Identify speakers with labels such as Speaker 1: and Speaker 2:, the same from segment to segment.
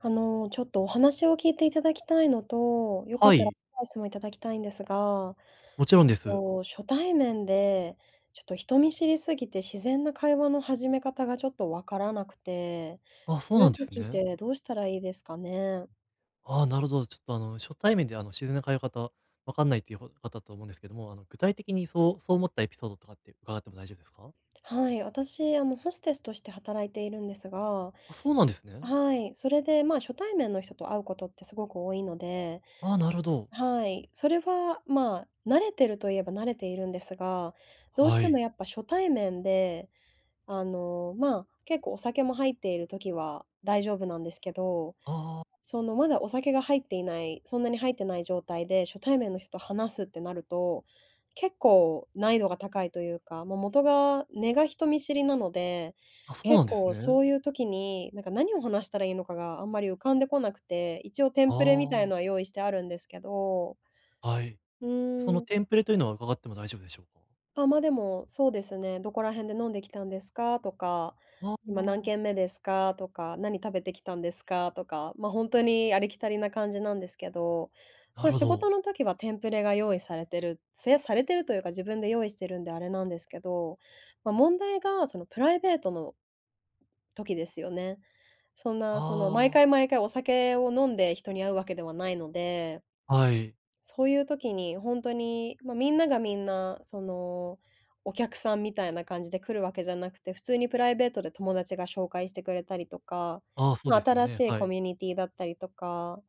Speaker 1: ちょっとお話を聞いていただきたいのと、よかっ
Speaker 2: は
Speaker 1: たらア
Speaker 2: い、
Speaker 1: ドバイスもいただきたいんですが、
Speaker 2: もち
Speaker 1: ち
Speaker 2: ろんです。
Speaker 1: ょっと初対面で、ちょっと人見知りすぎて自然な会話の始め方がちょっとわからなくて、
Speaker 2: あ、
Speaker 1: こ
Speaker 2: そう
Speaker 1: うい
Speaker 2: な
Speaker 1: う
Speaker 2: んです
Speaker 1: 時っ
Speaker 2: ね。
Speaker 1: てどうしたらいいですかね。
Speaker 2: ああ、なるほど。ちょっと初対面で自然な通い方、わかんないっていう方だと思うんですけども、具体的にそうそう思ったエピソードとかって伺っても大丈夫ですか？
Speaker 1: はい、私、ホステスとして働いているんですが、
Speaker 2: あ、そうなんですね。
Speaker 1: はい、それで、まあ、初対面の人と会うことってすごく多いので、
Speaker 2: ああ、なるほど。
Speaker 1: はい。それは、まあ、慣れてるといえば慣れているんですが、どうし
Speaker 2: は
Speaker 1: ても
Speaker 2: い。
Speaker 1: やっぱ初対面で、まあ、結構お酒も入っている時は大丈夫なんですけど、
Speaker 2: ああ、
Speaker 1: そのまだお酒が入っていない、そんなに入ってない状態で初対面の人と話すってなると、結構難易度が高いというか、まあ、根が人見知りなので、
Speaker 2: あ、そうな
Speaker 1: 結
Speaker 2: んです
Speaker 1: 構
Speaker 2: ね。
Speaker 1: そういう時になんか何を話したらいいのかがあんまり浮かんでこなくて、一応テンプレみたい
Speaker 2: ああ、
Speaker 1: のは用意してあるんですけど、
Speaker 2: はい。
Speaker 1: う
Speaker 2: そ
Speaker 1: ー
Speaker 2: の
Speaker 1: ん。
Speaker 2: テンプレというのは伺っても大丈夫でしょうか？
Speaker 1: あ、ま、でも、そうですね、「どこら辺で飲んできたんですか？」とか、
Speaker 2: ああ、
Speaker 1: 「今何軒目ですか？」とか、「何食べてきたんですか？」とか、ま、本当にありきたりな感じなんですけど、
Speaker 2: な
Speaker 1: ま、
Speaker 2: るほ
Speaker 1: 仕
Speaker 2: ど。
Speaker 1: 事の時はテンプレが用意されてるというか、自分で用意してるんであれなんですけど、ま、問題がそのプライベートの時ですよね。そんな、その、毎
Speaker 2: あ
Speaker 1: 回毎回お酒を飲んで人に会うわけではないので、
Speaker 2: あ、はい。
Speaker 1: そういう時に本当に、まあ、みんながみんな、お客さんみたいな感じで来るわけじゃなくて、普通にプライベートで友達が紹介してくれたりとか、
Speaker 2: ああ、そう
Speaker 1: ま
Speaker 2: で
Speaker 1: あ、
Speaker 2: すよ
Speaker 1: 新し
Speaker 2: ね。
Speaker 1: い
Speaker 2: は
Speaker 1: コ
Speaker 2: い。
Speaker 1: ミュニティだったりとか、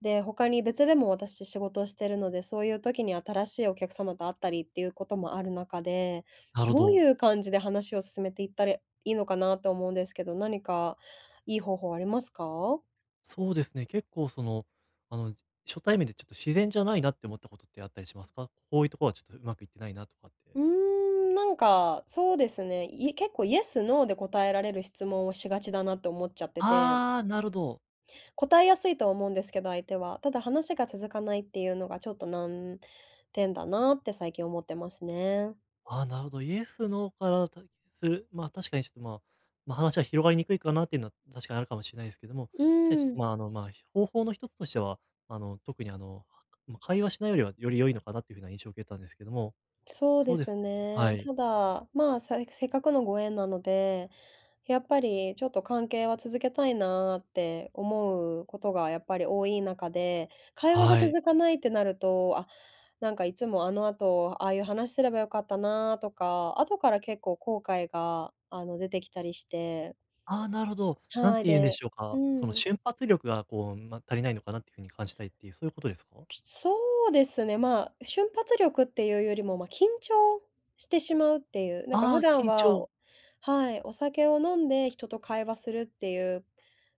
Speaker 1: で、他に別でも私仕事をしてるので、そういう時に新しいお客様と会ったりっていうこともある中で、
Speaker 2: なるほ
Speaker 1: どうい
Speaker 2: ど。
Speaker 1: う感じで話を進めていったらいいのかなと思うんですけど、何かいい方法ありますか？
Speaker 2: そうですね、結構あの、初対面でちょっと自然じゃないなって思ったことってあったりしますか？こういうところはちょっとうまくいってないなとかっ
Speaker 1: う
Speaker 2: て。
Speaker 1: ーん、なんか、そうですね。結構イエス、ノーで答えられる質問をしがちだなって思っちゃってて、
Speaker 2: ああ、なるほど。
Speaker 1: 答えやすいとは思うんですけど、相手は。ただ話が続かないっていうのがちょっと難点だなって最近思ってますね。
Speaker 2: ああ、なるほど。イエス、ノーからたする、まあ、確かにちょっと、まあ、話は広がりにくいかなっていうのは確かにあるかもしれないですけども、
Speaker 1: う
Speaker 2: 確かにちょ
Speaker 1: ー
Speaker 2: っと、
Speaker 1: ん。
Speaker 2: まあ、まあ、方法の一つとしては、特に会話しないよりはより良いのかなっていうふうな印象を受けたんですけども、
Speaker 1: そう
Speaker 2: そ
Speaker 1: で
Speaker 2: うです
Speaker 1: す
Speaker 2: ね、は
Speaker 1: ね。
Speaker 2: い。
Speaker 1: ただ、まあ、せっかくのご縁なので、やっぱりちょっと関係は続けたいなって思うことがやっぱり多い中で、会話が
Speaker 2: はい。
Speaker 1: 続かないってなると、あ、なんかいつもあの後、ああいう話すればよかったなとか、後から結構後悔が、出てきたりして、
Speaker 2: ああ、なるほど。なん
Speaker 1: はい、
Speaker 2: て言うんで
Speaker 1: で
Speaker 2: しょう
Speaker 1: う
Speaker 2: か。その
Speaker 1: ん。
Speaker 2: 瞬発力がこう、ま、足りないのかなっていう風に感じたいっていう、そういうことですか？
Speaker 1: そうですね、まあ、瞬発力っていうよりも、まあ、緊張してしまうっていう、なんか
Speaker 2: あ
Speaker 1: 普
Speaker 2: あ、
Speaker 1: 段
Speaker 2: 緊張。
Speaker 1: ははい、お酒を飲んで人と会話するっていう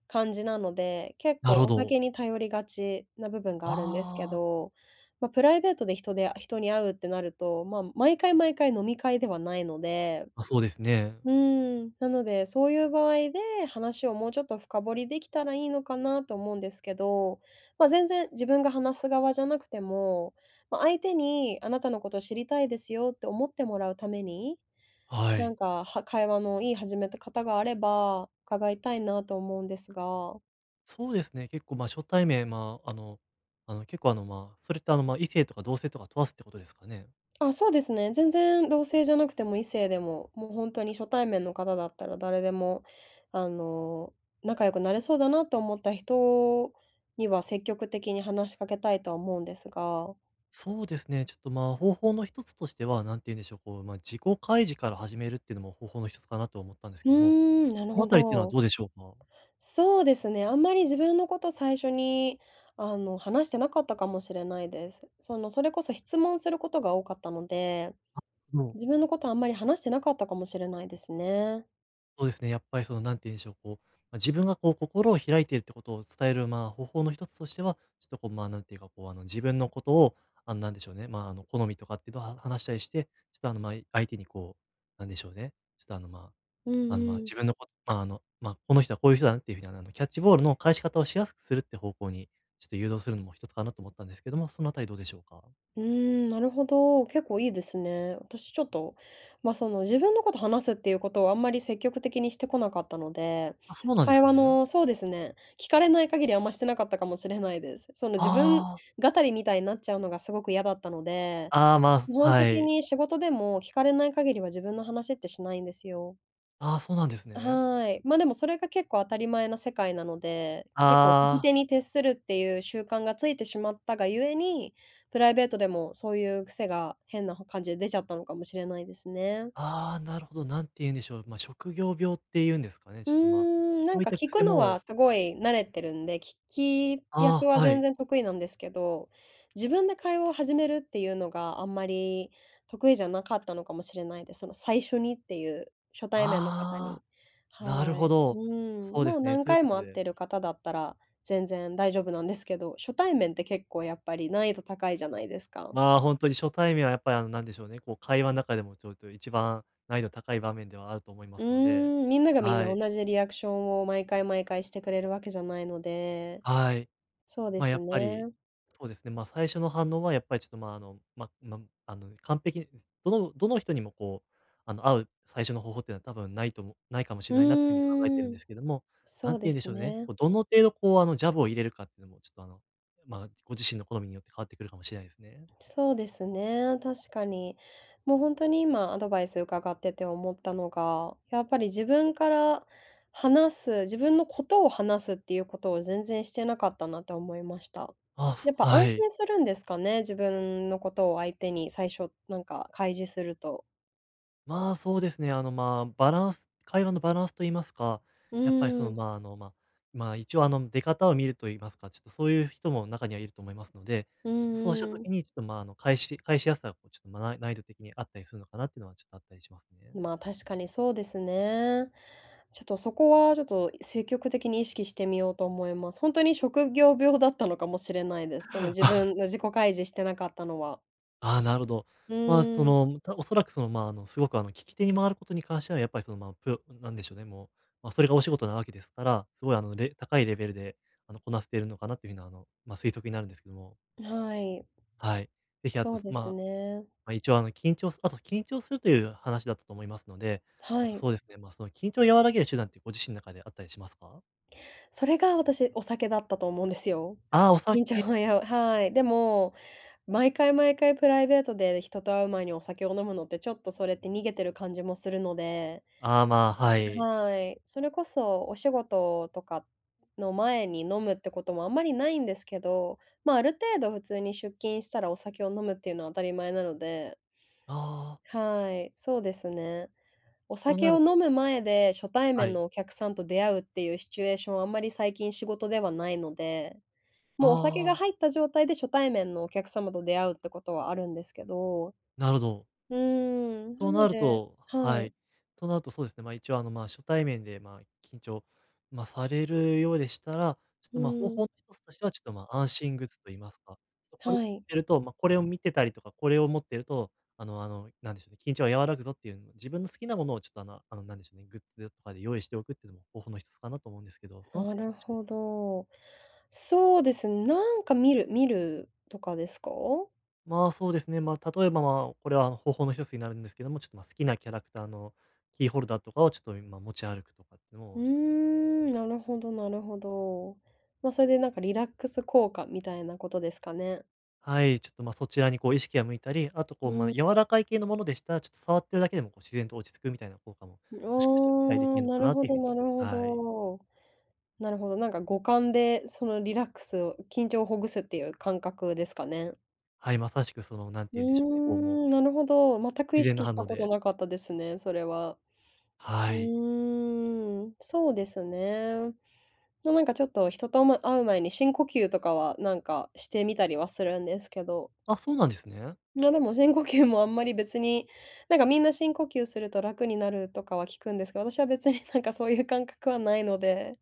Speaker 1: 感じなので、結
Speaker 2: なる
Speaker 1: 構
Speaker 2: ほ
Speaker 1: お
Speaker 2: ど。
Speaker 1: 酒に頼りがちな部分があるんですけ
Speaker 2: ああ。
Speaker 1: ど、まあ、プライベートで人に会うってなると、まあ、毎回毎回飲み会ではないので、
Speaker 2: ま、そうですね。
Speaker 1: なので、そういう場合で、話をもうちょっと深掘りできたらいいのかなと思うんですけど、まあ、全然自分が話す側じゃなくても、まあ、相手にあなたのこと知りたいですよって思ってもらうために、
Speaker 2: は
Speaker 1: なん
Speaker 2: い。
Speaker 1: か、会話のいい始めた方があれば、伺いたいなと思うんですが。
Speaker 2: そうですね、結構、ま、初対面、まあ、結構、まあ、それって、ま、異性とか同性とか問わずってことですかね？
Speaker 1: あ、そうですね。全然同性じゃなくても異性でも、もう本当に初対面の方だったら誰でも、あの、仲良くなれそうだなと思った人には積極的に話しかけたいとは思うんですが。
Speaker 2: そうですね、ちょっと、ま、方法の一つとしては、何て言うんでしょう、こう、ま、自己開示から始めるっていうのも方法の一つかなとは思ったんです
Speaker 1: う
Speaker 2: けども、
Speaker 1: ーん、なる
Speaker 2: この
Speaker 1: ほ
Speaker 2: あたりっていうのは
Speaker 1: ど。
Speaker 2: どうでしょうか？
Speaker 1: そうですね、あんまり自分のこと最初に、話してなかったかもしれないです。それこそ質問することが多かったので、
Speaker 2: どう？
Speaker 1: 自分のことあんまり話してなかったかもしれないですね。
Speaker 2: そうですね、やっぱりなんて言うんでしょう、こう、まあ、自分がこう心を開いているってことを伝える、まあ、方法の一つとしては、ちょっとこう、まあ、なんていうか、こう、自分のことを、なんでしょうね、まあ、好みとかっていうのをは話したりして、ちょっとまあ、相手にこう、なんでしょうね、ちょっとま
Speaker 1: うん
Speaker 2: あ、
Speaker 1: う
Speaker 2: まあ、
Speaker 1: ん。
Speaker 2: 自分のこと、まあ、まあ、この人はこういう人だなっていうふうに、キャッチボールの返し方をしやすくするって方向に、ちょっと誘導するのも一つかなと思ったんですけども、そのあたりどうでしょうか？
Speaker 1: うーん、なるほど。結構いいですね。私ちょっと、自分のこと話すっていうことをあんまり積極的にしてこなかったので、
Speaker 2: あ、そうなんで
Speaker 1: 会
Speaker 2: す
Speaker 1: 話
Speaker 2: ね。
Speaker 1: のそうですね、聞かれない限りあんましてなかったかもしれないです。自分
Speaker 2: あ
Speaker 1: 語りみたいになっちゃうのがすごく嫌だったので、
Speaker 2: あ、ああ、まあ、
Speaker 1: 基本
Speaker 2: は
Speaker 1: 的
Speaker 2: い。
Speaker 1: に仕事でも聞かれない限りは自分の話ってしないんですよ。
Speaker 2: ああ、そうなんですね。
Speaker 1: はい。ま、でもそれが結構当たり前な世界なので、結構聞き
Speaker 2: あ
Speaker 1: 手
Speaker 2: あ。
Speaker 1: に徹するっていう習慣がついてしまったがゆえに、プライベートでもそういう癖が変な感じで出ちゃったのかもしれないですね。
Speaker 2: ああ、なるほど、何て言うんでしょう、まあ、職業病っていうんですかね、
Speaker 1: う
Speaker 2: ち
Speaker 1: ー
Speaker 2: ょっと、まあ、
Speaker 1: ん、な
Speaker 2: そ
Speaker 1: ん
Speaker 2: ういっ
Speaker 1: か
Speaker 2: た
Speaker 1: 聞く
Speaker 2: 癖
Speaker 1: のは
Speaker 2: も
Speaker 1: すごい慣れてるんで、聞き役
Speaker 2: ああ、
Speaker 1: は
Speaker 2: は
Speaker 1: 全
Speaker 2: い。
Speaker 1: 然得意なんですけど、自分で会話を始めるっていうのがあんまり得意じゃなかったのかもしれないです。その最初にっていう初対面の方
Speaker 2: あ
Speaker 1: に。
Speaker 2: あ、なる
Speaker 1: は
Speaker 2: ほ
Speaker 1: い。う
Speaker 2: ど。
Speaker 1: ん、
Speaker 2: そうで
Speaker 1: もう
Speaker 2: すね。
Speaker 1: 何
Speaker 2: という
Speaker 1: 回
Speaker 2: こと
Speaker 1: も会っ
Speaker 2: で、
Speaker 1: てる方だったら全然大丈夫なんですけど、初対面って結構やっぱり難易度高いじゃないですか。
Speaker 2: まあ、本当に初対面はやっぱり、なんでしょうね、こう会話の中でもちょっと一番難易度高い場面ではあると思いま
Speaker 1: う
Speaker 2: すので、
Speaker 1: ーん、みんながみんな
Speaker 2: はい、
Speaker 1: 同じリアクションを毎回毎回してくれるわけじゃないので、
Speaker 2: はい。
Speaker 1: そうで
Speaker 2: まあ、や
Speaker 1: す
Speaker 2: っぱり、
Speaker 1: ね。
Speaker 2: そうですね、まあ、最初の反応はやっぱりちょっと、まあ、完璧にどの人にもこう、会う最初の方法っていうのは多分ないともないかもし
Speaker 1: う
Speaker 2: れないなというふうに考えて
Speaker 1: ー
Speaker 2: るんで
Speaker 1: ん、
Speaker 2: すけども、なん
Speaker 1: そう
Speaker 2: て
Speaker 1: で
Speaker 2: 言うんで
Speaker 1: す
Speaker 2: しょうね、
Speaker 1: ね。
Speaker 2: こう、どの程度こう、ジャブを入れるかっていうのもちょっと、まあ、ご自身の好みによって変わってくるかもしれないですね。
Speaker 1: そうですね、確かに。もう本当に今アドバイス伺ってて思ったのが、やっぱり自分から話す、自分のことを話すっていうことを全然してなかったなと思いました。
Speaker 2: ああ、
Speaker 1: やっぱ
Speaker 2: は
Speaker 1: 安
Speaker 2: い。
Speaker 1: 心するんですかね、自分のことを相手に最初なんか開示すると。
Speaker 2: まあ、そうですね。まあ、バランス会話のバランスといいますか、
Speaker 1: う
Speaker 2: やっぱり
Speaker 1: ーん、
Speaker 2: まあ、まあ、一応出方を見るといいますか、ちょっとそういう人も中にはいると思いますので、
Speaker 1: う
Speaker 2: ちょっとそうした
Speaker 1: んうん。
Speaker 2: 時に、ちょっと、まあ、返しやすさがこうちょっと、ま、難易度的にあったりするのかなっていうのはちょっとあったりしますね。
Speaker 1: まあ、確かにそうですね。ちょっとそこはちょっと積極的に意識してみようと思います。本当に職業病だったのかもしれないです。その自分 の自己開示してなかったのは。
Speaker 2: ああ、なるほど。
Speaker 1: う
Speaker 2: まあ、
Speaker 1: ーん、
Speaker 2: おそらくまあ、すごく聞き手に回ることに関してはやっぱりまあ、プロなんでしょうね、もう、まあ、それがお仕事なわけですから、すごい高いレベルで、こなせているのかなっていう風な、まあ、推測になるんですけども。
Speaker 1: はい、
Speaker 2: はい。ぜひあ
Speaker 1: そ
Speaker 2: と、
Speaker 1: うで
Speaker 2: まあ、
Speaker 1: す
Speaker 2: ま
Speaker 1: ね。
Speaker 2: あ、一応緊張すあと緊張するという話だったと思いますので、
Speaker 1: は
Speaker 2: あと
Speaker 1: い。
Speaker 2: そうですね、まあ、その緊張を和らげる手段ってご自身の中であったりしますか？
Speaker 1: それが私、お酒だったと思うんですよ。
Speaker 2: ああー、お
Speaker 1: 緊張
Speaker 2: 酒
Speaker 1: はや、はい。でも、毎回毎回プライベートで人と会う前にお酒を飲むのってちょっとそれって逃げてる感じもするので
Speaker 2: ああ、まあ、はい。
Speaker 1: はい。それこそお仕事とかの前に飲むってこともあんまりないんですけど、まあ、ある程度普通に出勤したらお酒を飲むっていうのは当たり前なので、
Speaker 2: ああ、
Speaker 1: はい、そうですね。お
Speaker 2: と
Speaker 1: 酒
Speaker 2: な
Speaker 1: を
Speaker 2: る
Speaker 1: 飲
Speaker 2: と
Speaker 1: む前で初対
Speaker 2: は
Speaker 1: 面
Speaker 2: い。
Speaker 1: のお客さんと出会うっていうシチュエーションはあんまり最近仕事ではないので、も
Speaker 2: あ
Speaker 1: うお酒が
Speaker 2: あ、
Speaker 1: 入った状態で初対面のお客様と出会うってことはあるんですけど、
Speaker 2: なるほど。
Speaker 1: うーん、な
Speaker 2: と
Speaker 1: の
Speaker 2: なる
Speaker 1: で
Speaker 2: と
Speaker 1: は
Speaker 2: は
Speaker 1: い、
Speaker 2: い。となるとそうですね、ま、一応ま、初対面で、ま、緊張、まあ、されるようでしたら、ちょっ
Speaker 1: う
Speaker 2: と、ま、方
Speaker 1: ー
Speaker 2: 法
Speaker 1: ん、
Speaker 2: の一つとしては、ちょっと、ま、安心グッズと言いますか、ちょっとこれを
Speaker 1: は
Speaker 2: 持っ
Speaker 1: い。
Speaker 2: てると、まあ、これを見てたりとか、これを持ってると、なんでしょうね、緊張は和らぐぞっていうの自分の好きなものをちょっと、なんでしょうね、グッズとかで用意しておくっていうのも方法の一つかなと思うんですけど、そのあ
Speaker 1: な
Speaker 2: たりど
Speaker 1: る
Speaker 2: うでしょう？
Speaker 1: ほど。そうですね、なんか見るとかですか？
Speaker 2: まあ、そうですね。まあ、例えば、まあ、これはあの方法の一つになるんですけども、ちょっと、ま、好きなキャラクターのキーホルダーとかをちょっと、今持ち歩くとかっていうの
Speaker 1: う
Speaker 2: も
Speaker 1: ー
Speaker 2: 一つ
Speaker 1: ん、なるほどなるほど。まあ、それでなんかリラックス効果みたいなことですかね？
Speaker 2: はい、ちょっと、ま、そちらにこう意識が向いたり、あと
Speaker 1: う
Speaker 2: こう、
Speaker 1: ー
Speaker 2: ま、
Speaker 1: ん、
Speaker 2: 柔らかい系のものでしたら、ちょっと触ってるだけでもこう自然と落ち着くみたいな効果も、
Speaker 1: ああ、
Speaker 2: もしかしたら期待できるの
Speaker 1: な
Speaker 2: か
Speaker 1: る
Speaker 2: なっ
Speaker 1: ほ
Speaker 2: ていうふ
Speaker 1: ど
Speaker 2: うに
Speaker 1: なるほ
Speaker 2: はい。
Speaker 1: ど。なるほど、なんか五感でそのリラックスを緊張をほぐすっていう感覚ですかね？
Speaker 2: はい、まさしくなんて
Speaker 1: うー
Speaker 2: 言うんでしょうね、こうもう
Speaker 1: ん、なるほど。全く意
Speaker 2: 自然
Speaker 1: 識
Speaker 2: な
Speaker 1: し
Speaker 2: 反
Speaker 1: た
Speaker 2: 応
Speaker 1: こと
Speaker 2: で
Speaker 1: なかったですね、それは。う
Speaker 2: はい。
Speaker 1: ーん、そうですね。なんかちょっと人と、ま、会う前に深呼吸とかはなんかしてみたりはするんですけど、
Speaker 2: あ、そうなんですね。
Speaker 1: ま、でも深呼吸もあんまり別に、なんかみんな深呼吸すると楽になるとかは聞くんですけど、私は別になんかそういう感覚はないので。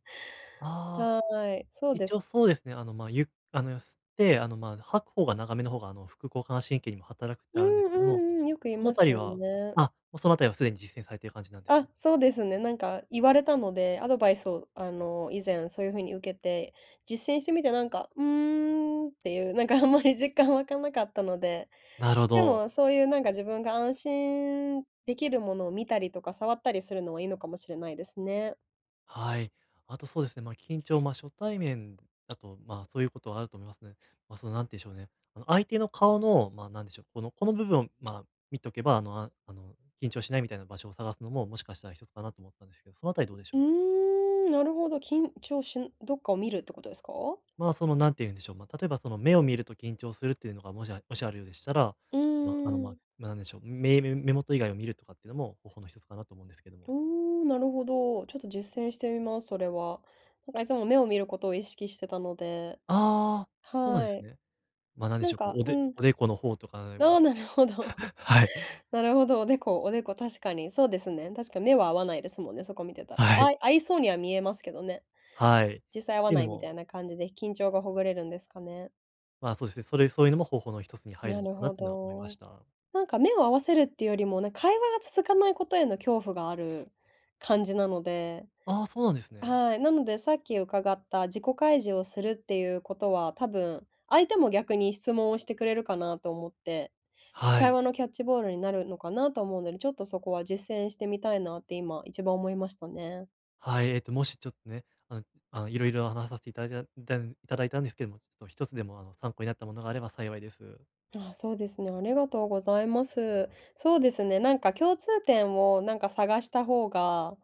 Speaker 2: ああ。
Speaker 1: はい、そうで
Speaker 2: 一
Speaker 1: す。
Speaker 2: 応そうですね、まあ、ゆっあの、吸って、まあ、吐く方が長めの方が、副交感神経にも働くって
Speaker 1: う
Speaker 2: あるんで
Speaker 1: ん
Speaker 2: す
Speaker 1: う
Speaker 2: けども、
Speaker 1: んうん、よく言い
Speaker 2: そのあ
Speaker 1: ます
Speaker 2: たり
Speaker 1: よ
Speaker 2: は
Speaker 1: ね。
Speaker 2: あ、もうそのあたりはすでに実践されている感じなんです
Speaker 1: あ、
Speaker 2: ね。
Speaker 1: そうですね。なんか言われたので、アドバイスを、以前そういう風に受けて、実践してみてなんか、うーんっていう、なんかあんまり実感湧かなかったので、
Speaker 2: なるほ
Speaker 1: で
Speaker 2: ど。
Speaker 1: もそういうなんか自分が安心できるものを見たりとか触ったりするのはいいのかもしれないですね。
Speaker 2: はい。あとそうですね、まあ、緊張、まあ、初対面だと、まあ、そういうことはあると思いますね。まあ、なんて言うんでしょうね、相手の顔の、まあ、なんでしょう、この部分を、まあ、見とけば、緊張しないみたいな場所を探すのも、もしかしたら一つかなと思ったんですけど、そのあたりどうでし
Speaker 1: うー
Speaker 2: ょう？
Speaker 1: ん、なるほど。緊張しんどっかを見るってことですか？
Speaker 2: まあ、何て言うんでしょう、まあ、例えば、目を見ると緊張するっていうのがもしあるようでしたら、
Speaker 1: うー
Speaker 2: まあ、ま
Speaker 1: ん。
Speaker 2: あ、まあ、なんでしょう、目元以外を見るとかっていうのも方法の一つかなと思うんですけども。
Speaker 1: おお、なるほど。ちょっと実践してみます、それは。なんかいつも目を見ることを意識してたので、
Speaker 2: ああ、そうなんで
Speaker 1: は
Speaker 2: す
Speaker 1: い。
Speaker 2: ね。まあ、なんで
Speaker 1: な
Speaker 2: し
Speaker 1: ん
Speaker 2: ょう、こ
Speaker 1: か、
Speaker 2: う、お
Speaker 1: う
Speaker 2: で
Speaker 1: ん。
Speaker 2: おでこの方とか、
Speaker 1: あ
Speaker 2: も
Speaker 1: あ、なるほど。
Speaker 2: はい、
Speaker 1: なるほど、おでこおでこ、確かに、そうですね。確か目は合わないですもんね、そこ見てたら。
Speaker 2: はい、
Speaker 1: 合いそうには見えますけどね。
Speaker 2: はい。っ
Speaker 1: 実際合わ
Speaker 2: ていう
Speaker 1: な
Speaker 2: の
Speaker 1: いみた
Speaker 2: も、
Speaker 1: いな感じで、緊張がほぐれるんですかね。
Speaker 2: まあ、そうですね、そういうのも方法の一つに入
Speaker 1: な
Speaker 2: るの
Speaker 1: る
Speaker 2: かな
Speaker 1: ほ
Speaker 2: っていうのは思いまし
Speaker 1: ど。
Speaker 2: た。
Speaker 1: なんか目を合わせるっていうよりも、会話が続かないことへの恐怖がある感じなので、
Speaker 2: ああ、そうなんですね。
Speaker 1: はい、なのでさっき伺った自己開示をするっていうことは、多分、相手も逆に質問をしてくれるかなと思って、
Speaker 2: は
Speaker 1: 会
Speaker 2: い。
Speaker 1: 話のキャッチボールになるのかなと思うので、ちょっとそこは実践してみたいなって今一番思いましたね。
Speaker 2: はい、もしちょっとね、いろいろ話させていただいたんですけども、ちょっと一つでも、参考になったものがあれば幸いです。
Speaker 1: あ、そうですね。ありがとうございます。そうですね、なんか共通点をなんか探した方が、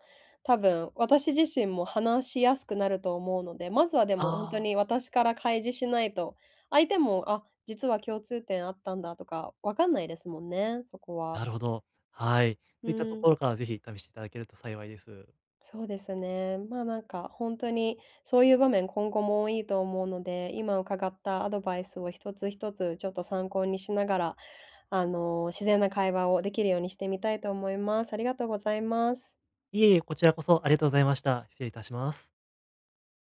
Speaker 1: 多分私自身も話しやすくなると思うので、まずはでも本当
Speaker 2: ああ、
Speaker 1: に私から開示しないと、相手も、あ、実は共通点あったんだとかわかんないですもんね、そこは。
Speaker 2: なるほど。はい。
Speaker 1: う
Speaker 2: といったと
Speaker 1: ん、
Speaker 2: ころからぜひ試していただけると幸いです。
Speaker 1: そうですね。まあ、なんか本当にそういう場面今後も多いと思うので、今伺ったアドバイスを一つ一つちょっと参考にしながら自然な会話をできるようにしてみたいと思います。ありがとうございます。
Speaker 2: いえいえ、こちらこそありがとうございました。失礼いたします。